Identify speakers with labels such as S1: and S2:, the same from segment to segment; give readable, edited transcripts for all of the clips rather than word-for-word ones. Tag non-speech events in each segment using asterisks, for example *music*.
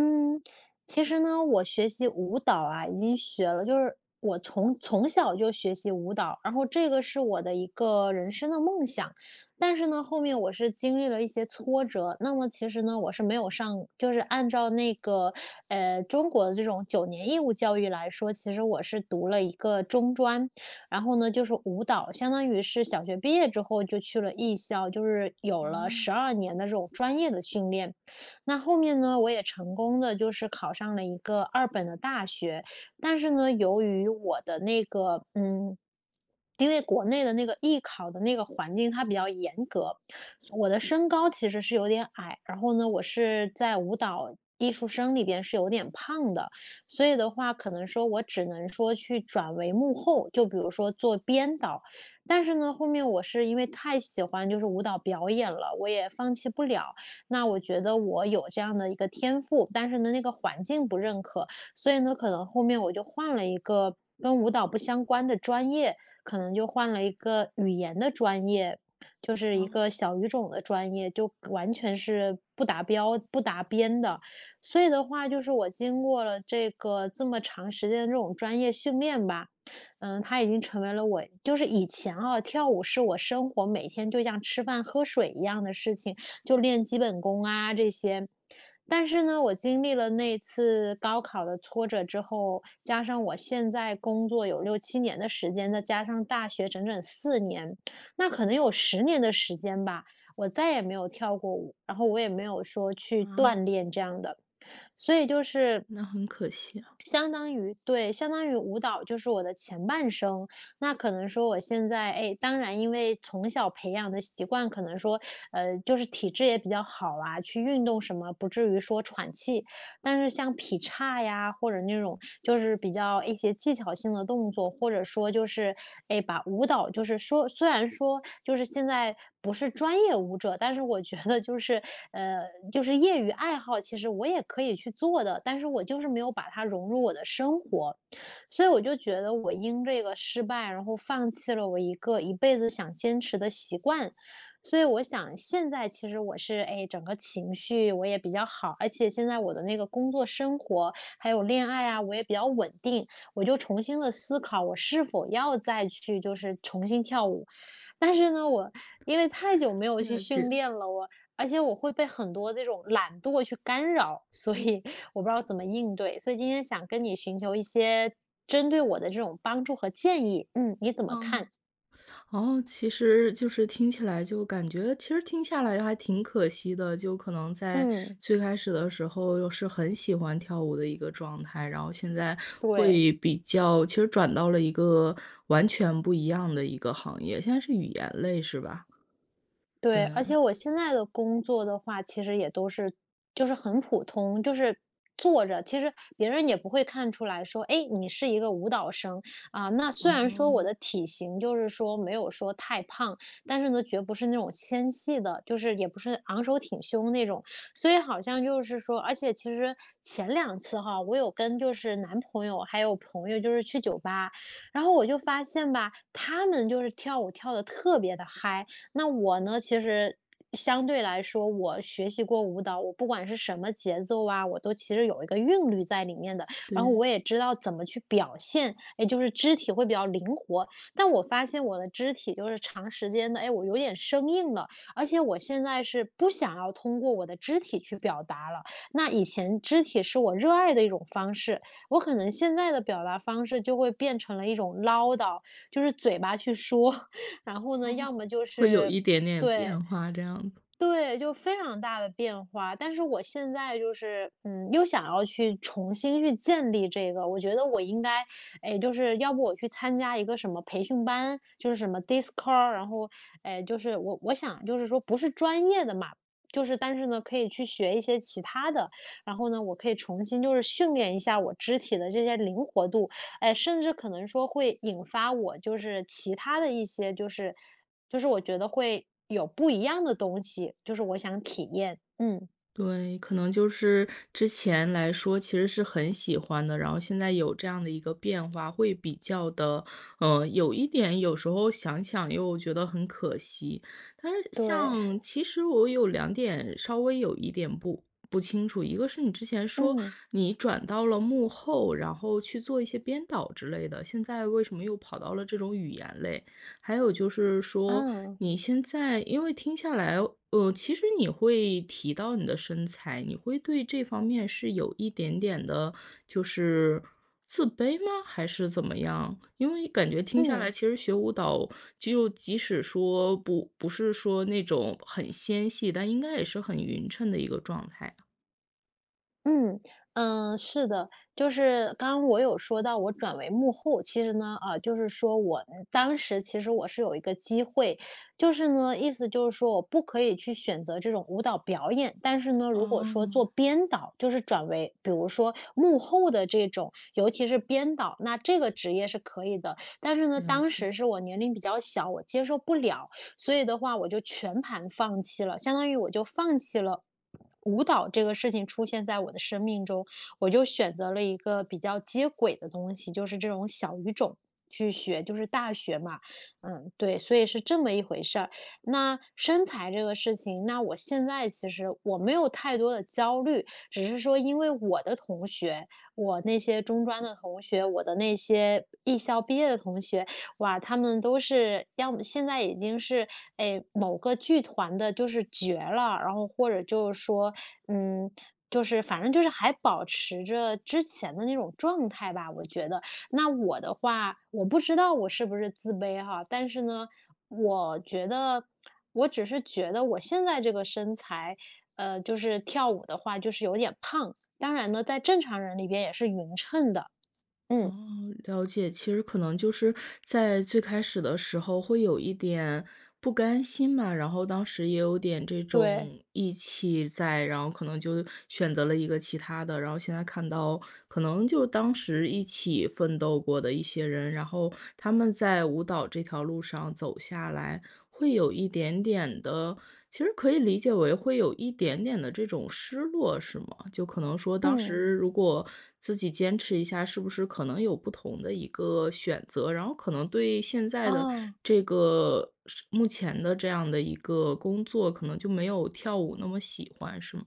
S1: 嗯，其实呢，我学习舞蹈啊，已经学了，就是我从小就学习舞蹈，然后这个是我的一个人生的梦想。但是呢，后面我是经历了一些挫折，那么其实呢，我是没有上，就是按照那个中国的这种9年义务教育来说，其实我是读了一个中专，然后呢就是舞蹈，相当于是小学毕业之后就去了艺校，就是有了
S2: 哦。
S1: 12年的这种专业的训练。那后面呢，我也成功的就是考上了一个二本的大学，但是呢，由于我的那个因为国内的那个艺考的那个环境它比较严格，我的身高其实是有点矮，然后呢，我是在舞蹈艺术生里边是有点胖的，所以的话，可能说我只能说去转为幕后，就比如说做编导。但是呢，后面我是因为太喜欢就是舞蹈表演了，我也放弃不了，那我觉得我有这样的一个天赋，但是呢，那个环境不认可，所以呢，可能后面我就换了一个跟舞蹈不相关的专业，可能就换了一个语言的专业，就是一
S2: 哦。
S1: 个小语种的专业，就完全是不达标、不达边的。所以的话，就是我经过了这个这么长时间的这种专业训练吧，它已经成为了我，就是以前啊，跳舞是我生活每天就像吃饭喝水一样的事情，就练基本功啊这些。但是呢，我经历了那次高考的挫折之后，加上我现在工作有6、7年的时间，再加上大学整整4年，那可能有10年的时间吧，我再也没有跳过舞，然后我也没有说去
S2: 啊，
S1: 锻炼这样的。所以就是
S2: 那很可惜啊。
S1: 相当于对，相当于舞蹈就是我的前半生。那可能说我现在，哎，当然因为从小培养的习惯，可能说，就是体质也比较好啊，去运动什么，不至于说喘气。但是像劈叉呀，或者那种就是比较一些技巧性的动作，或者说就是，哎，把舞蹈就是说虽然说就是现在不是专业舞者，但是我觉得就是，呃，就是业余爱好，其实我也可以去做的，但是我就是没有把它融入我的生活。所以我就觉得我因这个失败，然后放弃了我一个一辈子想坚持的习惯。所以我想现在其实我是，哎，整个情绪我也比较好，而且现在我的那个工作生活，还有恋爱啊，我也比较稳定，我就重新的思考我是否要再去就是重新跳舞。但是呢，我因为太久没有去
S2: 了
S1: 训
S2: 解。
S1: 练了，我而且我会被很多这种懒惰去干扰，所以我不知道怎么应对。所以今天想跟你寻求一些针对我的这种帮助和建议，嗯，你怎么看？
S2: 嗯。哦，其实就是听起来就感觉其实听下来还挺可惜的，就可能在
S1: 嗯，
S2: 最开始的时候又是很喜欢跳舞的一个状态，然后现在
S1: 对。
S2: 会比较其实转到了一个完全不一样的一个行业，现在是语言类是吧？
S1: 对，而且
S2: 对。
S1: 我现在的工作的话，其实也都是就是很普通，就是坐着，其实别人也不会看出来说，哎，你是一个舞蹈生啊。那虽然说
S2: 哦。
S1: 我的体型就是说没有说太胖，但是呢，绝不是那种纤细的，就是也不是昂首挺胸那种。所以好像就是说，而且其实前两次哈，我有跟就是男朋友还有朋友就是去酒吧，然后我就发现吧，他们就是跳舞跳的特别的嗨，那我呢，其实相对来说，我学习过舞蹈，我不管是什么节奏啊，我都其实有一个韵律在里面的。然后
S2: 对。
S1: 我也知道怎么去表现，哎，就是肢体会比较灵活。但我发现我的肢体就是长时间的，哎，我有点生硬了，而且我现在是不想要通过我的肢体去表达了。那以前肢体是我热爱的一种方式，我可能现在的表达方式就会变成了一种唠叨，就是嘴巴去说，然后呢，
S2: 哦，
S1: 要么就
S2: 会有
S1: 是
S2: 一点点
S1: 对。
S2: 变化这样子。
S1: 对，就非常大的变化，但是我现在就是，嗯，又想要去重新去建立这个，我觉得我应该，哎，就是要不我去参加一个什么培训班，就是什么 Discord,然后，哎，就是我想就是说不是专业的嘛，就是但是呢可以去学一些其他的，然后呢我可以重新就是训练一下我肢体的这些灵活度，哎，甚至可能说会引发我就是其他的一些，就是我觉得会有不一样的东西，就是我想体验。嗯，
S2: 对，可能就是之前来说其实是很喜欢的，然后现在有这样的一个变化，会比较的，有一点有时候想想又觉得很可惜。但是
S1: 对，
S2: 像其实我有两点稍微有一点不清楚。一个是你之前说
S1: 嗯，
S2: 你转到了幕后，然后去做一些编导之类的，现在为什么又跑到了这种语言类？还有就是说，
S1: 啊，
S2: 你现在因为听下来，其实你会提到你的身材，你会对这方面是有一点点的，就是自卑吗？还是怎么样？因为感觉听下来，
S1: 嗯。
S2: 其实学舞蹈就即使说不是说那种很纤细，但应该也是很匀称的一个状态。
S1: 嗯，嗯，是的，就是刚刚我有说到我转为幕后，其实呢，啊，就是说我当时其实我是有一个机会，就是呢，意思就是说我不可以去选择这种舞蹈表演，但是呢，如果说做
S2: 哦。
S1: 编导，就是转为比如说幕后的这种，尤其是编导，那这个职业是可以的。但是呢，
S2: 了
S1: 当时
S2: 解。
S1: 是我年龄比较小，我接受不了，所以的话我就全盘放弃了，相当于我就放弃了舞蹈这个事情出现在我的生命中，我就选择了一个比较接轨的东西，就是这种小语种去学，就是大学嘛，嗯，对，所以是这么一回事儿。那身材这个事情，那我现在其实我没有太多的焦虑，只是说因为我的同学，我那些中专的同学，我的那些艺校毕业的同学，哇，他们都是要么现在已经是，哎，某个剧团的就是绝了，然后或者就是说，嗯，就是反正就是还保持着之前的那种状态吧，我觉得。那我的话，我不知道我是不是自卑哈，但是呢，我觉得我只是觉得我现在这个身材，就是跳舞的话就是有点胖，当然呢，在正常人里边也是匀称的。
S2: 哦，
S1: 嗯，
S2: 了解。其实可能就是在最开始的时候会有一点不甘心嘛，然后当时也有点这
S1: 对，
S2: 种义气在，然后可能就选择了一个其他的，然后现在看到可能就当时一起奋斗过的一些人，然后他们在舞蹈这条路上走下来，会有一点点的其实可以理解为会有一点点的这种失落，是吗？就可能说当
S1: 嗯，
S2: 时如果自己坚持一下，是不是可能有不同的一个选择，然后可能对现在的
S1: 啊。
S2: 这个是目前的这样的一个工作，可能就没有跳舞那么喜欢，是吗？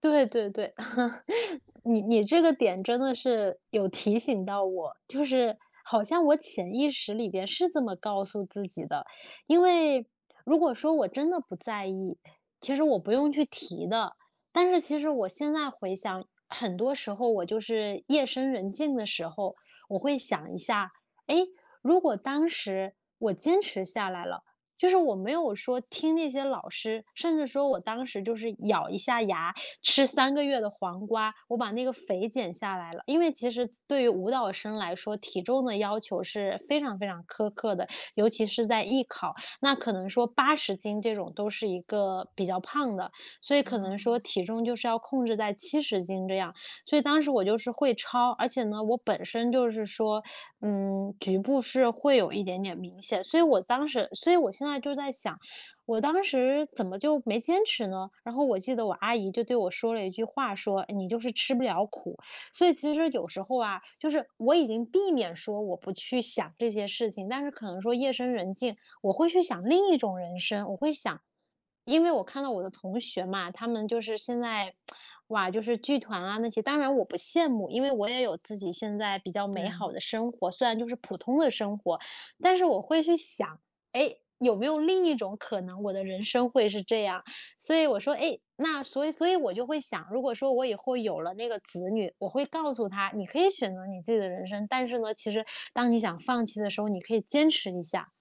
S1: 对对对，*laughs* 你这个点真的是有提醒到我，就是好像我潜意识里边是这么告诉自己的，因为如果说我真的不在意，其实我不用去提的。但是其实我现在回想，很多时候我就是夜深人静的时候，我会想一下，诶，如果当时我坚持下来了。就是我没有说听那些老师，甚至说我当时就是咬一下牙，吃3个月的黄瓜，我把那个肥减下来了。因为其实对于舞蹈生来说，体重的要求是非常非常苛刻的，尤其是在艺考，那可能说80斤这种都是一个比较胖的，所以可能说
S2: 啊，
S1: 体重就是要控制在70斤这样。所以当时我就是会超，而且呢，我本身就是说，局部是会有一点点明显，所以我现在就在想，我当时怎么就没坚持呢？然后我记得我阿姨就对我说了一句话，说："你就是吃不了苦。"所以其实有时候啊，就是我已经避免说我不去想这些事情，但是可能说夜深人静，我会去想另一种人生，我会想，因为我看到我的同学嘛，他们就是现在，哇，就是剧团啊那些，当然我不羡慕，因为我也有自己现在比较美好
S2: 对。
S1: 的生活，虽然就是普通的生活，但是我会去想，哎，有没有另一种可能，我的人生会是这样？所以我说，哎，那所以我就会想，如果说我以后有了那个子女，我会告诉他，你可以选择你自己的人生，但是呢，其实当你想放弃的时候，你可以坚持一下。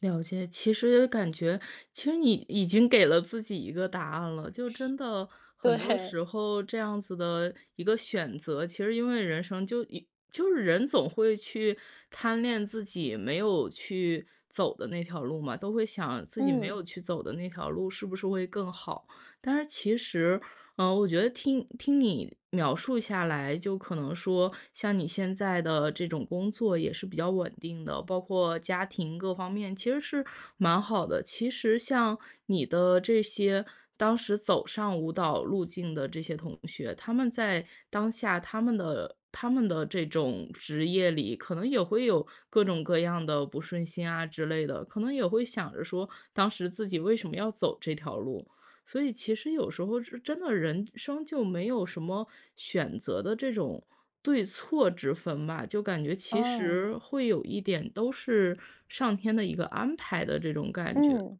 S2: 了解。其实感觉，其实你已经给了自己一个答案了。就真的很多
S1: 对，
S2: 时候这样子的一个选择，其实因为人生就一就是人总会去贪恋自己没有去走的那条路嘛，都会想自己没
S1: 嗯，
S2: 有去走的那条路是不是会更好。但是其实嗯，我觉得听听你描述下来，就可能说，像你现在的这种工作也是比较稳定的，包括家庭各方面，其实是蛮好的。其实像你的这些当时走上舞蹈路径的这些同学，他们在当下他们的这种职业里，可能也会有各种各样的不顺心啊之类的，可能也会想着说，当时自己为什么要走这条路。所以其实有时候是真的人生就没有什么选择的这种对错之分吧，就感觉其
S1: 哦，
S2: 实会有一点都是上天的一个安排的这种感觉。
S1: 嗯，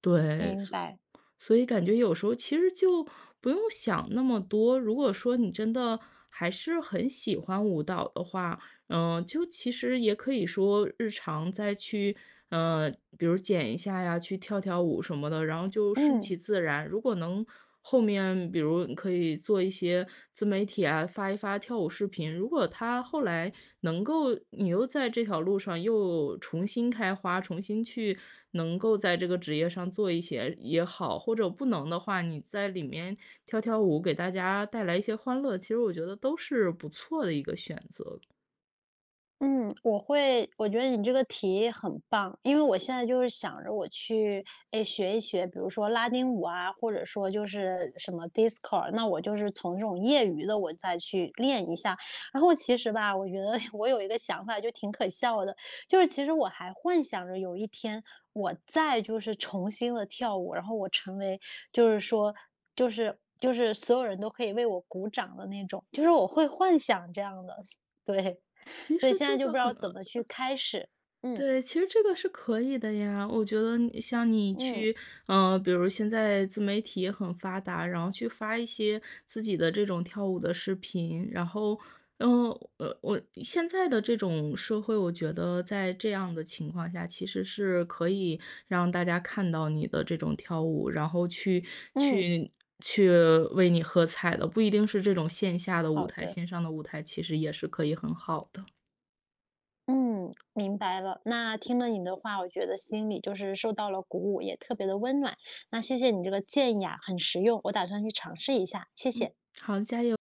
S2: 对，
S1: 明
S2: 所
S1: 白。
S2: 所以感觉有时候其实就不用想那么多。如果说你真的还是很喜欢舞蹈的话，嗯，就其实也可以说日常再去，呃，比如剪一下呀，去跳跳舞什么的，然后就顺
S1: 嗯。
S2: 其自然。如果能后面，比如你可以做一些自媒体啊，发一发跳舞视频。如果他后来能够，你又在这条路上又重新开花，重新去能够在这个职业上做一些也好，或者不能的话，你在里面跳跳舞，给大家带来一些欢乐，其实我觉得都是不错的一个选择。
S1: 嗯，我会我觉得你这个提议很棒，因为我现在就是想着我去，哎，学一学，比如说拉丁舞啊，或者说就是什么 disco,那我就是从这种业余的我再去练一下。然后其实吧，我觉得 *laughs* 我有一个想法，就挺可笑的，就是其实我还幻想着有一天我再就是重新的跳舞，然后我成为就是说就是所有人都可以为我鼓掌的那种，就是我会幻想这样的，*laughs* 对。
S2: 其
S1: 所以
S2: 实
S1: 现
S2: 这
S1: 在就不
S2: 个
S1: 知道
S2: 很
S1: 怎么去开始。嗯
S2: 对，其实这个是可以的呀。我觉得你像你
S1: 嗯
S2: 去，嗯，比如现在自媒体也很发达，然后去发一些自己的这种跳舞的视频，然后，嗯，我现在的这种社会，我觉得在这样的情况下，其实是可以让大家看到你的这种跳舞，然后
S1: 嗯，
S2: 去去为你喝彩的，不一定是这种线下的舞
S1: 好
S2: 台，
S1: 的，
S2: 线上的舞台其实也是可以很好的。
S1: 嗯，明白了。那听了你的话，我觉得心里就是受到了鼓舞，也特别的温暖。那谢谢你这个建议啊，很实用，我打算去尝试一下，谢
S2: 嗯，
S1: 谢。
S2: 好，加油。